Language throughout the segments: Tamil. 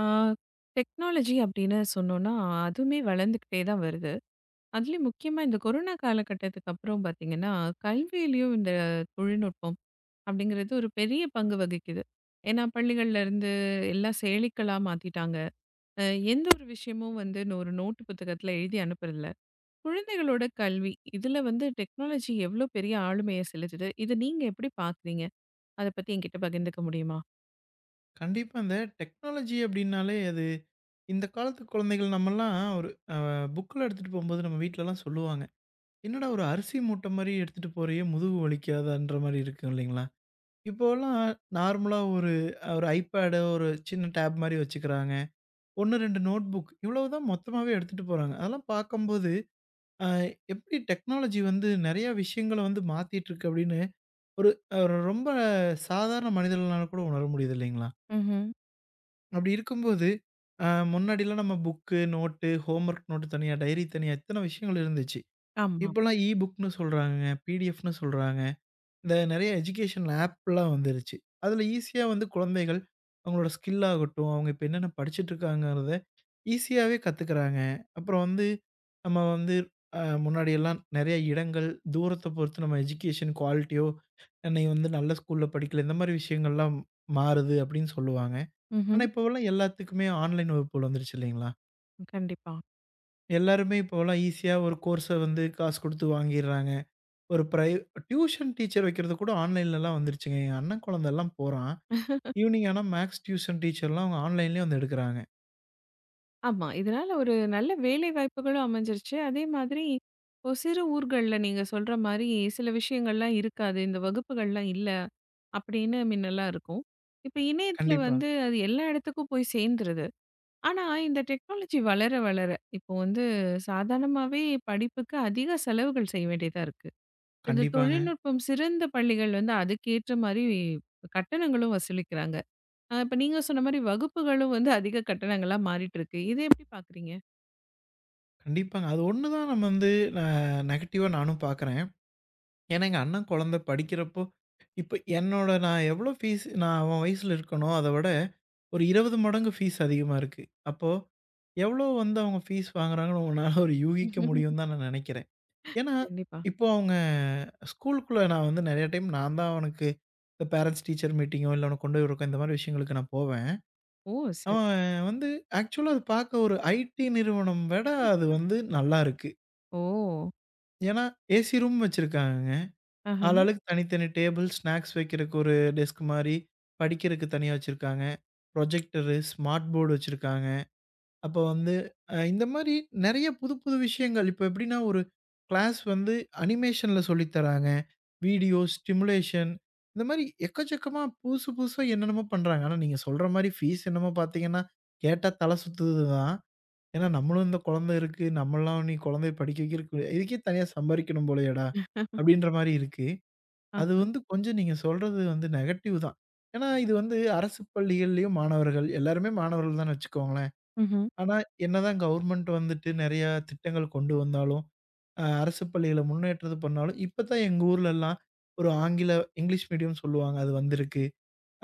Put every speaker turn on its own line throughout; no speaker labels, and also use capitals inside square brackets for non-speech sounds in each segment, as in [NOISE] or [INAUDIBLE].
ஆ, டெக்னாலஜி அப்படின்னு சொன்னோம்னா, அதுவுமே வளர்ந்துக்கிட்டே தான் வருது. அதுலயும் முக்கியமா இந்த கொரோனா காலகட்டத்துக்கு அப்புறம் பார்த்தீங்கன்னா, கல்வியிலயும் இந்த தொழில்நுட்பம் அப்படிங்கிறது ஒரு பெரிய பங்கு வகிக்குது. ஏன்னா பள்ளிகள்ல இருந்து எல்லாம் செயலிகளா மாத்திட்டாங்க. அ எந்த ஒரு விஷயமும் வந்து ஒரு நோட்டு புத்தகத்துல எழுதி அனுப்புறதில்ல. குழந்தைகளோட கல்வி, இதுல வந்து டெக்னாலஜி எவ்ளோ பெரிய ஆளுமைய செலுத்துது? இத நீங்க எப்படி பார்க்குறீங்க? அத பத்தி என்கிட்ட பகிர்ந்துக்க முடியுமா?
கண்டிப்பா. இந்த டெக்னாலஜி அப்டின்னாலே அது இந்த காலத்து குழந்தைகள் நம்மலாம் ஒரு அ புக்ல எடுத்துட்டு போம்போது நம்ம வீட்லலாம் சொல்லுவாங்க. "என்னடா ஒரு அரிசி மூட்ட மாரி எடுத்துட்டு போறியே முதுகு வலிக்காதான்ற" மாரி இருக்கும் இல்லைங்களா? இப்போலாம் நார்மலா ஒரு ஒரு ஐபேடோ ஒரு சின்ன டேப் மாரி வச்சுக்கிறாங்க. 1, 2 நோட் புக் இவ்வளவுதான் மொத்தமாவே எடுத்துட்டு போறாங்க. அதெல்லாம் பார்க்கும்போது அ எப்டி டெக்னாலஜி வந்து நெறைய விஷயங்கள வந்து மாத்திட்டு இருக்கு அப்டின்னு ஒரு அ ரொம்ப சாதாரண மனிதர்களால கூட உணர முடியுது இல்லைங்களா?
ம்ஹ்ம்.
அப்படி இருக்கும்போது, அ முன்னாடிலாம் நம்ம book, note, home work note தனியா, டைரி தனியா எத்தன விஷயங்கள் இருந்துச்சு.
ஆமா.
இப்போலாம் இ புக்னு சொல்றாங்க, பிடிஎஃப்னு சொல்றாங்க. இந்த நெறைய எஜுகேஷனல் ஆப்லாம் வந்துருச்சு. அதில ஈஸியா வந்து குழந்தைகள் அவங்களோட ஸ்கில் ஆகட்டும், அவங்க இப்ப என்னென்ன படிச்சுட்டுருக்காங்கங்கிறத ஈஸியாவே கத்துக்கிறாங்க. அப்புறம் வந்து நம்ம வந்து முன்னாடியெல்லாம் நெறைய இடங்கள், தூரத்த பொறுத்து நம்ம எஜுகேஷன் குவாலிட்டியோ, "நீ வந்து நல்ல ஸ்கூல்ல படிக்கல." இந்த மாரி விஷயங்கள்லாம் மாறுது அப்படின்னு சொல்லுவாங்க. ஆனா,
ம்ஹ்ம்.
இப்போவெல்லாம் எல்லாத்துக்குமே ஆன்லைன் வகுப்புகள் வந்துருச்சு இல்லைங்களா?
கண்டிப்பா.
எல்லாருமே இப்போவெல்லாம் ஈஸியா ஒரு கோர்ஸ வந்து காசு குடுத்து வாங்கிர்றாங்க. ஒரு பிரை டியூஷன் டீச்சர் வைக்கிறது கூட ஆன்லைன்லலாம் வந்துருச்சுங்க. என் அண்ணன் குழந்தல்லாம் போறான். ஈவ்னிங் ஆனா மேக்ஸ் டியூஷன் டீச்சர்லாம் அவங்க ஆன்லைன்லயே வந்து எடுக்குறாங்க.
ஆமா. இதனால ஒரு நல்ல வேலை வாய்ப்புகளும் அமைஞ்சிருச்சு. அதே மாதிரி இப்போ சிறு ஊர்கள்ல நீங்க சொல்ற மாரி சில விஷயங்கள்லாம் இருக்காது. இந்த வகுப்புகள்லாம் இல்ல. அப்படின்னு மின்னலாம் இருக்கும். இப்ப இணையத்துல
கண்டிப்பா.
வந்து அது எல்லா இடத்துக்கும் போய் சேர்ந்துருது. ஆனா இந்த டெக்னாலஜி வளர வளர இப்போ வந்து சாதாரணமாவே படிப்புக்கு அதிக செலவுகள் செய்ய வேண்டியதா இருக்கு. இந்த
கண்டிப்பாங்க.
தொழில்நுட்பம் சிறந்த பள்ளிகள் வந்து அதுக்கேற்ற மாரி கட்டணங்களும் வசூலிக்கிறாங்க. இப்ப நீங்க சொன்ன மாரி வகுப்புகளும் வந்து அதிக கட்டணங்களா மாறிட்டு இருக்கு. இத எப்படி பார்க்குறீங்க?
கண்டிப்பாங்க. அது ஒண்ணு தான் நம்ம வந்து ந நெகட்டிவா நானும் பார்க்குறேன். ஏன்னா, எங்க அண்ணன் குழந்தை படிக்கிறப்போ, இப்ப என்னோட நான் எவ்வளோ ஃபீஸ் நான் அவன் வயசுல இருக்கனோ, அத விட ஒரு 20 மடங்கு ஃபீஸ் அதிகமா இருக்கு. அப்போ எவ்வளோ வந்து அவங்க ஃபீஸ் வாங்குறாங்கன்னு உங்கனால ஒரு யூகிக்க முடியும்னு
[LAUGHS]
தான் நான் நெனைக்கிறேன். ஏன்னா,
கண்டிப்பா.
இப்போ அவங்க ஸ்கூலுக்குள்ள நான் வந்து நெறைய டைம் நான் தான் அவனுக்கு இந்த பேரன்ட்ஸ் டீச்சர் மீட்டிங்கோ, இல்ல அவன கொண்டு போய் உட்கார இந்த மாரி விஷயங்களுக்கு நான் போவேன்.
ஓ! சரி.
அவன் வந்து ஆக்சுவலா அது பார்க்க ஒரு ஐடி நிறுவனம் விட அது வந்து நல்லாருக்கு.
ஓ!
ஏன்னா, ஏசி ரூம் வச்சிருக்காங்க.
ஆஹா,
ஆளாளுக்கு தனித்தனி டேபிள், ஸ்நாக்ஸ் வைக்கிறக்கு ஒரு டெஸ்க் மாரி, படிக்கிறக்கு தனியா வச்சிருக்காங்க. ப்ரொஜெக்டரு, ஸ்மார்ட் போர்டு வச்சிருக்காங்க. அப்போ வந்து இந்த மாரி நெறைய புது புது விஷயங்கள். இப்போ எப்படின்னா ஒரு கிளாஸ் வந்து அனிமேஷன்ல சொல்லி தராங்க. வீடியோ, ஸ்டிமுலேஷன் இந்த மாரி எக்கச்சக்கமா புதுசு புதுசா என்னென்னமோ பண்றாங்க. ஆனா நீங்க சொல்ற மாரி ஃபீஸ் என்னமோ பார்த்தீங்கன்னா, கேட்டா தல சுத்துது தான். ஏன்னா நம்மளும் இந்த குழந்தை இருக்கு. நம்மலாம் நீ குழந்தைய படிக்க வைக்கிறக்கு இதுக்கே தனியா சம்பாரிக்கணும் போலயேடா! அப்படின்ற மாரி இருக்கு. அது
ஆஹா,
வந்து கொஞ்சம் நீங்க சொல்றது வந்து நெகட்டிவ் தான். ஏன்னா, இது வந்து அரசு பள்ளிகள்லயும் மாணவர்கள் எல்லாருமே மாணவர்கள் தான்னு வச்சுக்கோங்களேன்.
ம்ஹ்ம்.
ஆனா, என்னதான் கவர்மெண்ட் வந்துட்டு நெறைய திட்டங்கள் கொண்டு வந்தாலும், அரசு பள்ளிகள முன்னேற்றது பண்ணாலும், இப்ப தான் எங்க ஊர்லலாம் ஒரு ஆங்கில இங்கிலீஷ் மீடியம்னு சொல்லுவாங்க. அது வந்திருக்கு.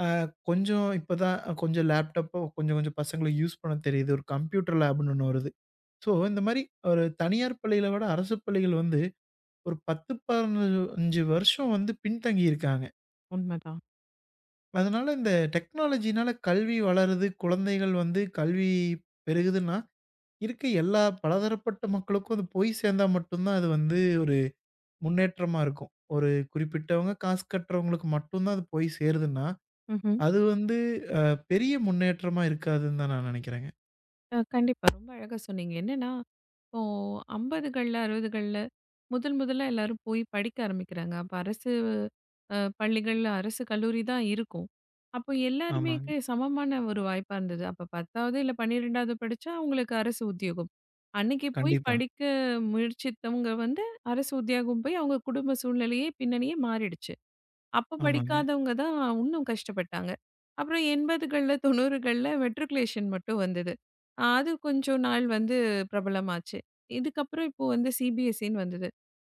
அ கொஞ்சம் இப்ப தான் கொஞ்சம் லேப்டாப்போ கொஞ்சம் கொஞ்சம் பசங்களுக்கு யூஸ் பண்ண தெரியுது. ஒரு கம்ப்யூட்டர் லேப்னு ஒண்ணு வருது. ஸோ, இந்த மாரி ஒரு தனியார் பள்ளிகள விட அரசு பள்ளிகள் வந்து ஒரு 10, 15 வருஷம் வந்து பின்தங்கியிருக்காங்க.
உண்மதான்.
அதனால இந்த டெக்னாலஜினால கல்வி வளருது. குழந்தைகள் வந்து கல்வி பெருகுதுன்னா, இருக்க எல்லா பலதரப்பட்ட மக்களுக்கும் அது போய் சேர்ந்தா மட்டும் தான் அது வந்து ஒரு முன்னேற்றமா இருக்கும். ஒரு குறிப்பிட்டவங்க காசு கட்டுறவங்களுக்கு மட்டும் தான் அது போய் சேருதுன்னா,
ம்ஹ்ம்.
அது வந்து அ பெரிய முன்னேற்றமா இருக்காதுன்னு தான் நான் நெனைக்கிறேங்க.
கண்டிப்பா. ரொம்ப அழகா சொன்னீங்க. என்னன்னா, இப்போ 50கள்ல, 60கள்ல முதல் முதல்ல எல்லாரும் போய் படிக்க ஆரம்பிக்கிறாங்க. அப்ப அரசு பள்ளிகள்ல அரசு கல்லூரி தான் இருக்கும். அப்போ எல்லாருமே
ஆமாங்க.
க்கு சமமான ஒரு வாய்ப்பா இருந்தது. அப்ப 10வது இல்ல 12வது படிச்சா அவங்களுக்கு அரசு உத்தியோகம். அன்னைக்கு போய்
கண்டிப்பா.
படிக்க முயற்சித்தவங்க வந்து அரசு உத்தியோகம் போய் அவங்க குடும்ப சூழ்நிலையே, பின்னணியே மாறிடுச்சு. அப்ப
ஆமாங்க,
படிக்காதவங்க தான் இன்னும் கஷ்டப்பட்டாங்க. அப்புறம் 80கள்ல 90கள்ல மெட்ரிகுலேஷன் மட்டும் வந்தது. அது கொஞ்சம் நாள் வந்து பிரபலமாச்சு. இதுக்கப்புறம் இப்போ வந்து CBSE ன்னு வந்தது.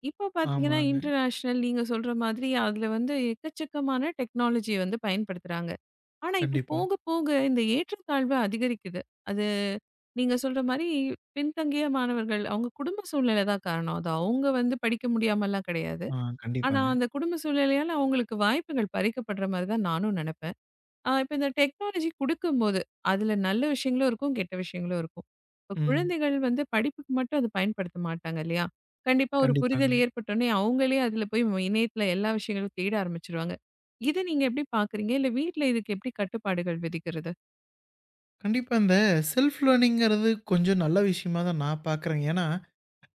இப்போ பார்த்தீங்கன்னா,
ஆமாங்க.
இன்டர்நேஷனல் நீங்க சொல்ற மாதிரி அதுல வந்து எக்கச்சக்கமான டெக்னாலஜிய வந்து பயன்படுத்துறாங்க. ஆனா இப்போ
கண்டிப்பா.
போக போக இந்த ஏற்றத்தாழ்வு அதிகரிக்குது. அது நீங்க சொல்ற மாரி பின்தங்கிய மாணவர்கள் அவங்க குடும்ப சூழ்நிலை தான் காரணம். அது அவங்க வந்து படிக்க முடியாமலாம் கிடையாது.
ஆ
ஆனா,
கண்டிப்பாங்க.
அந்த குடும்ப சூழ்நிலையால அவங்களுக்கு வாய்ப்புகள் பறிக்கப்படுற மாரி தான் நானும் நெனப்பேன். இப்ப இந்த டெக்னாலஜி குடுக்கும்போது, அதுல நல்ல விஷயங்களும் இருக்கும், கெட்ட விஷயங்களும் இருக்கும். இப்ப
ம்.
குழந்தைகள் வந்து படிப்புக்கு மட்டும் அத பயன்படுத்த மாட்டாங்க இல்லையா? கண்டிப்பா ஒரு புரிதல்
கண்டிப்பாங்க.
ஏற்பட்டோனே, அவங்களே அதுல போய் இணையத்துல எல்லா விஷயங்களும் தேட ஆரம்பிச்சுருவாங்க. இத நீங்க எப்படி பாக்குறீங்க? இல்ல வீட்ல இதுக்கு எப்படி கட்டுப்பாடுகள் விதிக்கிறது?
கண்டிப்பா இந்த செல்ஃப் லேர்னிங்கிறது கொஞ்சம் நல்ல விஷயமா தான் நான் பார்க்குறேங்க. ஏன்னா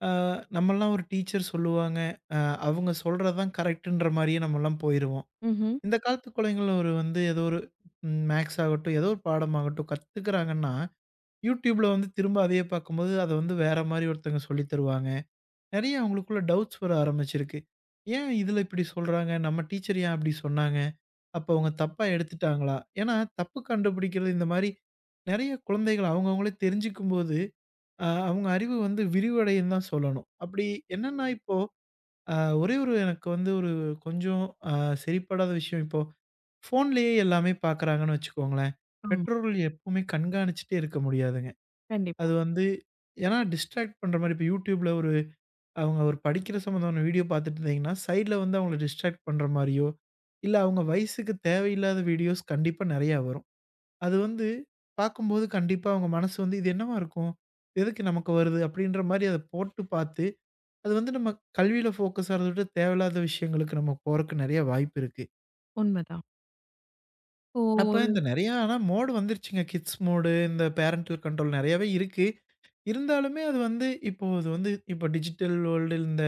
அ நம்மலாம் ஒரு டீச்சர் சொல்லுவாங்க. அ அவங்க சொல்றது தான் கரெக்ட்டுன்ற மாரியே நம்மலாம் போயிருவோம்.
ம்ஹ்ம்.
இந்த காலத்து குழந்தைகள் ஒரு வந்து ஏதோ ஒரு மேக்ஸ் ஆகட்டும், ஏதோ ஒரு பாடமாகட்டும் கத்துக்கிறாங்கன்னா, YouTubeல வந்து திரும்ப அதையே பார்க்கும்போது, அத வந்து வேற மாரி ஒருத்தவங்க சொல்லி தருவாங்க. நெறைய அவங்களுக்குள்ள டவுட்ஸ் வர ஆரம்பிச்சிருக்கு. ஏன் இதுல இப்படி சொல்றாங்க? நம்ம டீச்சர் ஏன் அப்படி சொன்னாங்க? அப்ப அவங்க தப்பா எடுத்துட்டாங்களா? ஏன்னா, தப்பு கண்டுபிடிக்கிறது இந்த மாரி நெறைய குழந்தைகள் அவங்கவங்களே தெரிஞ்சுக்கும்போது அவங்க அறிவு வந்து விரிவடையுன்னு தான் சொல்லணும். அப்படி என்னன்னா இப்போ அ ஒரே ஒரு எனக்கு வந்து ஒரு கொஞ்சம் அ சரிப்படாத விஷயம் இப்போ ஃபோன்லேயே எல்லாமே பார்க்குறாங்கன்னு வச்சுக்கோங்களேன்.
ஆமா.
பெற்றோர்கள் எப்பவுமே கண்காணிச்சுட்டே இருக்க முடியாதுங்க.
கண்டிப்பா.
அது வந்து ஏன்னா டிஸ்ட்ராக்ட் பண்ற மாரி இப்போ YouTubeல ஒரு அவங்க ஒரு படிக்கிற சம்மந்தமான வீடியோ பார்த்துட்டு இருந்தீங்கன்னா, சைட்ல வந்து அவங்கள டிஸ்ட்ராக்ட் பண்ற மாரியோ, இல்ல அவங்க வயசுக்கு தேவையில்லாத வீடியோஸ் கண்டிப்பா நெறையா வரும். அது வந்து பார்க்கும்போது கண்டிப்பா அவங்க மனசு வந்து, "இது என்னவா இருக்கும்? எதுக்கு நமக்கு வருது?" அப்படின்ற மாரி அத போட்டு பார்த்து, அது வந்து நம்ம கல்வியில ஃபோக்கஸ் ஆறத விட தேவையில்லாத விஷயங்களுக்கு நம்ம போறக்கு நெறைய வாய்ப்பு இருக்கு.
உண்மதான். இப்போ
அப்ப
ஒரு
இந்த நெறையா ஆனா மோடு வந்துருச்சுங்க. கிட்ஸ் மோடு, இந்த பேரன்டல் கண்ட்ரோல் நெறையாவே இருக்கு. இருந்தாலுமே அது வந்து இப்போ அது வந்து இப்போ டிஜிட்டல் வேர்ல்டு இந்த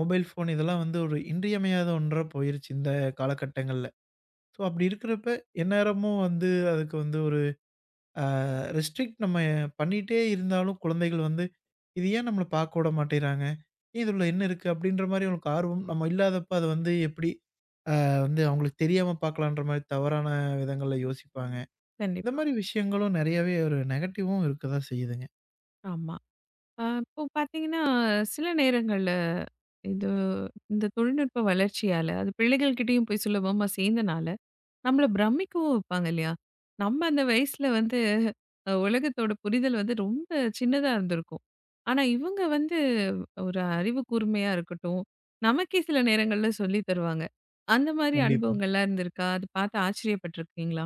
மொபைல் ஃபோன் இதெல்லாம் வந்து ஒரு இன்றியமையாத ஒன்றா போயிருச்சு இந்த காலகட்டங்கள்ல. ஸோ அப்படி இருக்கிறப்ப எந்நேரமும் வந்து அதுக்கு வந்து ஒரு ஆ ரெஸ்ட்ரிக்ட் நம்ம பண்ணிட்டே இருந்தாலும் குழந்தைகள் வந்து, "இது ஏன் நம்மள பார்க்க விட மாட்டேங்கிறாங்க? ஏன் இதுல என்ன இருக்கு?" அப்படின்ற மாரி அவங்களுக்கு ஆர்வம் நம்ம இல்லாதப்ப அது வந்து எப்படி வந்து அவங்களுக்கு தெரியாம பார்க்கலான்ற மாரி தவறான விதங்கள்ல யோசிப்பாங்க. இந்த
கண்டிப்பா.
மாரி விஷயங்களும் நெறையாவே ஒரு நெகட்டிவும் இருக்க தான் செய்யுதுங்க.
ஆமா. இப்போ பாத்தீங்கன்னா, சில நேரங்கள்ல இது இந்த தொழில்நுட்ப வளர்ச்சியால, அது பிள்ளைகள்கிட்டயும் போய் சுலபமா சேந்தனால, நம்மள பிரமிக்கவும் வைப்பாங்க இல்லையா? நம்ம அந்த வயசுல வந்து உலகத்தோட புரிதல் வந்து ரொம்ப சின்னதா இருந்திருக்கும். ஆனா இவங்க வந்து ஒரு அறிவு கூர்மையா இருக்கட்டும், நமக்கே சில நேரங்கள்ல சொல்லி தருவாங்க. அந்த மாரி
கண்டிப்பா.
அனுபவங்கள்லாம் இருந்திருக்கா? அது பார்த்து ஆச்சரியப்பட்டுருக்கீங்களா?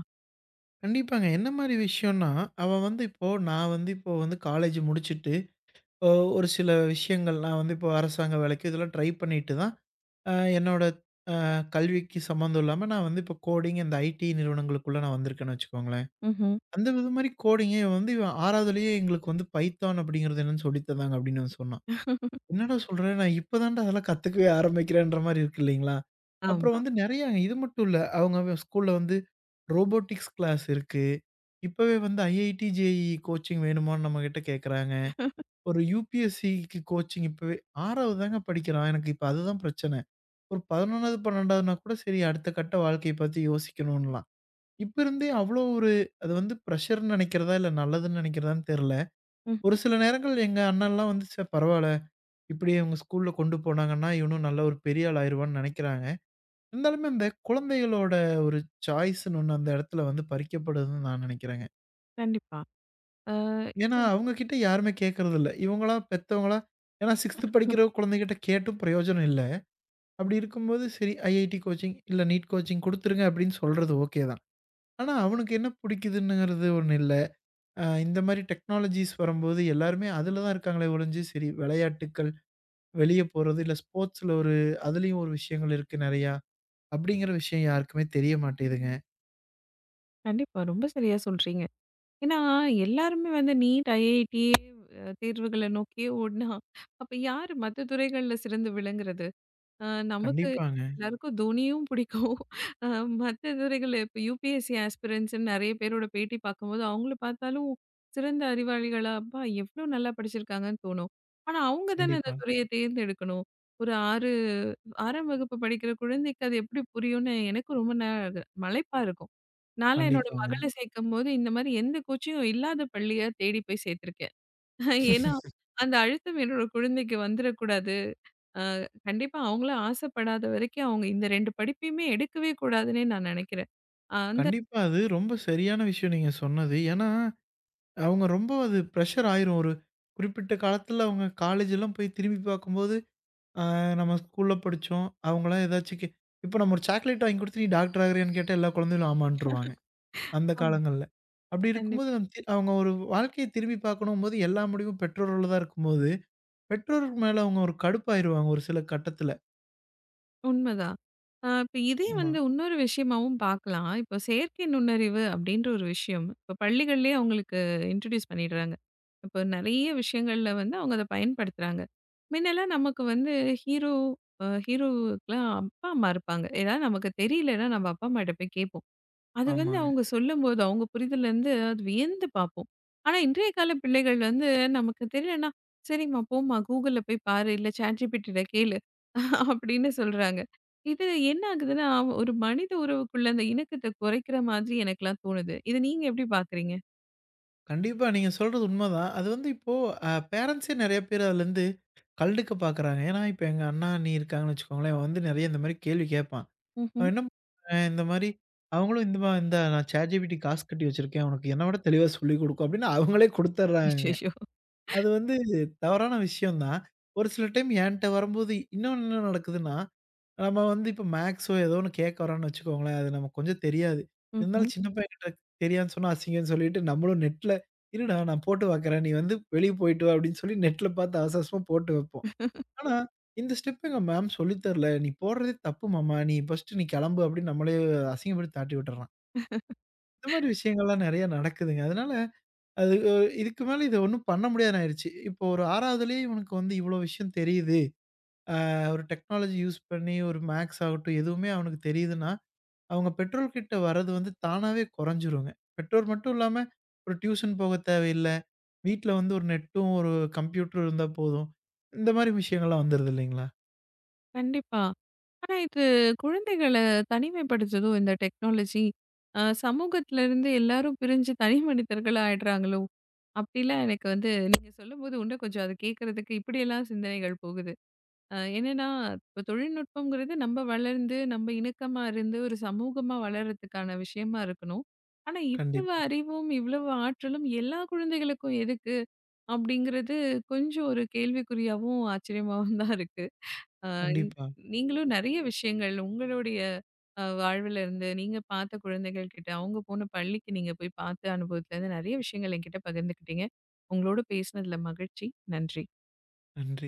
கண்டிப்பாங்க. என்ன மாரி விஷயம்னா, அவன் வந்து இப்போ நான் வந்து இப்போ வந்து காலேஜ் முடிச்சுட்டு, இப்போ ஒரு சில விஷயங்கள் நான் வந்து இப்போ அரசாங்க வேலைக்கு இதெல்லாம் ட்ரை பண்ணிட்டு தான் அ என்னோட அ கல்விக்கு சம்மந்தம் இல்லாம நான் வந்து இப்போ கோடிங் இந்த ஐடி நிறுவனங்களுக்குள்ள நான் வந்திருக்கேன்னு வச்சுக்கோங்களேன்.
ம்ஹ்ம்.
அந்த இது மாரி கோடிங் இவன் 6வதுலயே எங்களுக்கு வந்து பைத்தான் அப்படிங்கிறது என்னன்னு சொல்லி தந்தாங்க அப்படின்னு அவன் சொன்னான். என்னடா சொல்ற? நான் இப்ப தான்டா அதெல்லாம் கத்துக்கவே ஆரம்பிக்கிறேன்ற மாரி இருக்கு இல்லைங்களா? அப்புறம்
ஆமா.
வந்து நெறைய இது மட்டும் இல்ல. அவங்க ஸ்கூல்ல வந்து ரோபோட்டிக்ஸ் கிளாஸ் இருக்கு. இப்பவே வந்து ஐஐடி, ஜேஇஇ கோச்சிங் வேணுமான்னு நம்மகிட்ட கேட்கறாங்க.
[LAUGHS]
ஒரு யுபிஎஸ்சிக்கு கோச்சிங் இப்பவே 6வது தாங்க படிக்கிறான். எனக்கு இப்ப அதுதான் பிரச்சனை. ஒரு 11வது, 12வதுன்னா கூட சரி அடுத்த கட்ட வாழ்க்கைய பத்தி யோசிக்கணும்லாம். இப்ப இருந்தே அவ்ளோ ஒரு அது வந்து பிரஷர்ன்னு நெனைக்கிறதா, இல்ல நல்லதுன்னு நெனைக்கிறதான்னு தெர்ல.
ம்.
ஒரு சில நேரங்கள் எங்க அண்ணன்லாம் வந்து "ச்சே பரவால்ல, இப்படியே இவங்க ஸ்கூல்ல கொண்டு போனாங்கன்னா, இவனும் நல்ல ஒரு பெரிய ஆள் ஆயிருவான்னு" நெனைக்கிறாங்க. இருந்தாலுமே அந்த குழந்தைகளோட ஒரு சாய்ஸ்ன்னு ஒண்ணு அந்த எடத்துல வந்து பறிக்கப்படுதுன்னு நான் நெனைக்கிறேங்க.
கண்டிப்பா. அ
ஏன்னா,
சரி.
அவங்க கிட்ட யாருமே கேட்கறதில்ல. இவங்களா பெத்தவங்களா ஏன்னா 6த் படிக்கிற குழந்தைகிட்ட கேட்டும் பிரயோஜனம் இல்ல. அப்படி இருக்கும்போது, சரி ஐஐடி கோச்சிங் இல்ல நீட் கோச்சிங் குடுத்துருங்க அப்படின்னு சொல்றது ஓகே தான். ஆனா, அவனுக்கு என்ன பிடிக்குதுங்கிறது ஒண்ணு இல்ல. இந்த மாரி டெக்னாலஜிஸ் வரும்போது எல்லாருமே அதுல தான் இருக்காங்களே ஒழிஞ்சு, சரி விளையாட்டுக்கள், வெளிய போறது, இல்ல ஸ்போர்ட்ஸ்ல ஒரு அதுலயும் ஒரு விஷயங்கள் இருக்கு நெறையா. அப்படிங்கிற விஷயம் யாருக்குமே தெரிய மாட்டேதுங்க.
கண்டிப்பா. ரொம்ப சரியா சொல்றீங்க. ஏன்னா, எல்லாருமே வந்து நீட், IIT தேர்வுகள நோக்கியே ஓடுனா, அப்ப யாரு மத்த துறைகள்ல சிறந்து விளங்குறது? அ நமக்கு
கண்டிப்பாங்க.
எல்லாருக்கும் தோனியும் பிடிக்கும். அ மத்த துறைகள் இப்போ UPSC ஆஸ்பிரன்ட்ஸ்ன்னு நெறைய பேரோட பேட்டி பார்க்கும்போது, அவங்கள பார்த்தாலும் சிறந்த அறிவாளிகளா, அப்பா எவ்ளோ நல்லா படிச்சிருக்காங்கன்னு தோணும். ஆனா அவங்க தானே அந்த
கண்டிப்பா,
துறைய தேர்ந்தெடுக்கணும். ஒரு 6 6ஆம் வகுப்பு படிக்கிற குழந்தைக்கு அது எப்படி புரியும்னு எனக்கும் ரொம்ப மலைப்பா இருக்கும். நான்லாம் என்னோட
கண்டிப்பாங்க.
மகள சேர்க்கும்போது இந்த மாரி எந்த கோச்சிங்கும் இல்லாத பள்ளியா தேடி போய் சேர்த்துருக்கேன். ஏன்னா, அந்த அழுத்தம் என்னோட குழந்தைக்கு வந்துரக்கூடாது. அ கண்டிப்பா அவங்களும் ஆசைப்படாத வரைக்கும் அவங்க இந்த 2 படிப்பையுமே எடுக்கவே கூடாதுன்னே நான் நினைக்கிறேன். அ அந்த
கண்டிப்பா அது ரொம்ப சரியான விஷயம் நீங்க சொன்னது. ஏன்னா, அவங்க ரொம்ப அது பிரஷர் ஆயிரும். ஒரு குறிப்பிட்ட காலத்துல அவங்க காலேஜ் எல்லாம் போய் திரும்பி பார்க்கும்போது ஆ நம்ம ஸ்கூல்ல படிச்சோம். அவங்கலாம் ஏதாச்சும் இப்ப நம்ம ஒரு சாக்லேட் வாங்கி குடுத்து, "நீ டாக்டர் ஆகுறியான்னு?" கேட்டா எல்லா குழந்தைகளும் ஆமான்ருவாங்க. அந்த
ஆமா
காலங்கள்ல. அப்படி இருக்கும்போது
கண்டிப்பா.
நம் தி அவங்க ஒரு வாழ்க்கைய திரும்பி பார்க்கணும்போது, எல்லா முடிவும் பெற்றோர்கள்ல தான் இருக்கும்போது, பெற்றோருக்கு மேல அவங்க ஒரு கடுப்பாயிருவாங்க ஒரு சில கட்டத்துல.
உண்மதான். இப்ப இதே
ம். ஆமா.
வந்து இன்னொரு விஷயமாவும் பார்க்கலாம். இப்போ செயற்கை நுண்ணறிவு அப்படின்ற ஒரு விஷயம். இப்போ பள்ளிகள்லயே அவங்களுக்கு இன்ட்ரோடியூஸ் பண்ணிடுறாங்க. இப்போ நெறைய விஷயங்கள்ல வந்து அவங்க அத பயன்படுத்துறாங்க. முன்னெல்லாம் நமக்கு வந்து ஹீரோ ஹீரோவுக்குலாம் அப்பா, அம்மா இருப்பாங்க. ஏதாவது நமக்கு தெரியலன்னா நம்ம அப்பா, அம்மாட்ட போய் கேட்போம். அது வந்து
ஆமாங்க.
அவங்க சொல்லும்போது, அவங்க புரிதலருந்து அது வியந்து பார்ப்போம். ஆனா, இன்றைய கால பிள்ளைகள் வந்து நமக்கு தெரியலன்னா, "சரிம்மா, போம்மா Googleல போய் பாரு, இல்ல ChatGPTல கேளு" அப்படின்னு சொல்றாங்க. இது என்ன ஆகுதுன்னா, ஒரு மனித உறவுக்குள்ள அந்த இணக்கத்த குறைக்கிற மாதிரி எனக்கெல்லாம் தோணுது. இத நீங்க எப்படி பார்க்குறீங்க?
கண்டிப்பா நீங்க சொல்றது உண்மதான். அது வந்து இப்போ பேரண்ட்ஸே நெறைய பேர் அதுலருந்து கண்டுக்க பார்க்குறாங்க. ஏன்னா, இப்ப எங்க அண்ணா, அண்ணி இருக்காங்கன்னு வச்சுக்கோங்களேன். அவன் வந்து நெறைய இந்த மாரி கேள்வி கேட்பான்.
ம்ஹ்ம்.
அவன் என்ன பண்ணான், இந்த மாரி அவங்களும் "இந்தா நான் ChatGPT காசு கட்டி வச்சிருக்கேன். உனக்கு என்ன விட தெளிவா சொல்லிக் கொடுக்கும்" அப்படின்னு அவங்களே குடுத்துர்றாங்கங்க.
அச்சச்சோ!
அது வந்து தவறான விஷயம் தான். ஒரு சில டைம் என்ட்ட வரும்போது இன்னொன்னு என்ன நடக்குதுன்னா, நம்ம வந்து இப்ப மேக்ஸோ ஏதோ ஒண்ணு கேட்க வரோம்ன்னு வச்சுக்கோங்களேன். அது நமக்கு கொஞ்சம் தெரியாது.
ம்ஹ்ம்.
இருந்தாலும் சின்ன பையன்கிட்ட தெரியாதுன்னு சொன்னா அசிங்கம்ன்னு சொல்லிட்டு நம்மளும் நெட்ல "இருடா நான் போட்டு பார்க்குறேன். நீ வந்து வெளிய போயிட்டு வா" அப்படின்னு சொல்லி நெட்ல பார்த்து அவசர அவசரமா போட்டு வைப்போம். ஆனா, இந்த ஸ்டெப் எங்க மேம் சொல்லி தரல. "நீ போடுறதே தப்பு மாமா. நீ ஃபர்ஸ்ட்டு நீ கிளம்பு" அப்படின்னு நம்மளே அசிங்கப்படுத்தி தாட்டி விட்டுர்றான். இந்த மாரி விஷயங்கள்லாம் நெறைய நடக்குதுங்க. அதனால அது இதுக்கு மேல இத ஒண்ணும் பண்ண முடியாதுன்னு ஆயிருச்சு. இப்போ ஒரு 6வதுலயே இவனுக்கு வந்து இவ்ளோ விஷயம் தெரியுது. ஒரு டெக்னாலஜி யூஸ் பண்ணி ஒரு மேத்ஸ் ஆகட்டும், எதுவுமே அவனுக்கு தெரியுதுன்னா, அவங்க பெற்றோர்கிட்ட வர்றது வந்து தானாவே குறைஞ்சிருங்க. பெற்றோர் மட்டும் இல்லாம ஒரு டியூஷன் போக தேவையில்ல. வீட்ல வந்து ஒரு நெட்டும், ஒரு கம்ப்யூட்டரும் இருந்தா போதும். இந்த மாரி விஷயங்கள்லாம் வந்துருது இல்லைங்களா?
கண்டிப்பா. ஆனா இது குழந்தைகள தனிமைப்படுத்துதோ, இந்த டெக்னாலஜி. சமூகத்திலருந்து எல்லாரும் பிரிஞ்சு தனி மனிதர்களா ஆயிடுறாங்களோ! அப்டிலாம் எனக்கு வந்து நீங்க சொல்லும்போது இன்னும் கொஞ்சம் அது கேட்கறதுக்கு இப்படியெல்லாம் சிந்தனைகள் போகுது. என்னன்னா, இப்ப தொழில்நுட்பம்ங்கிறது நம்ம வளர்ந்து, நம்ம இணக்கமா இருந்து ஒரு சமூகமா வளர்றதுக்கான விஷயமா இருக்கணும். ஆனா இவ்வளவு
கண்டிப்பா,
அறிவும், இவ்வளவு ஆற்றலும் எல்லா குழந்தைகளுக்கும் எதுக்கு? அப்படிங்கிறது கொஞ்சம் ஒரு கேள்விக்குறியாவும், ஆச்சரியமாவும் தான் இருக்கு. ஆ,
கண்டிப்பா.
நீங்களும் நெறைய விஷயங்கள் உங்களுடைய வாழ்வுல இருந்து, நீங்க பார்த்த குழந்தைகள் கிட்ட, அவங்க போன பள்ளிக்கு நீங்க போய் பார்த்த அனுபவத்துலேருந்து நெறைய விஷயங்கள் என்கிட்ட பகிர்ந்துக்கிட்டீங்க. உங்களோட பேசினதுல மகிழ்ச்சி. நன்றி.
நன்றி.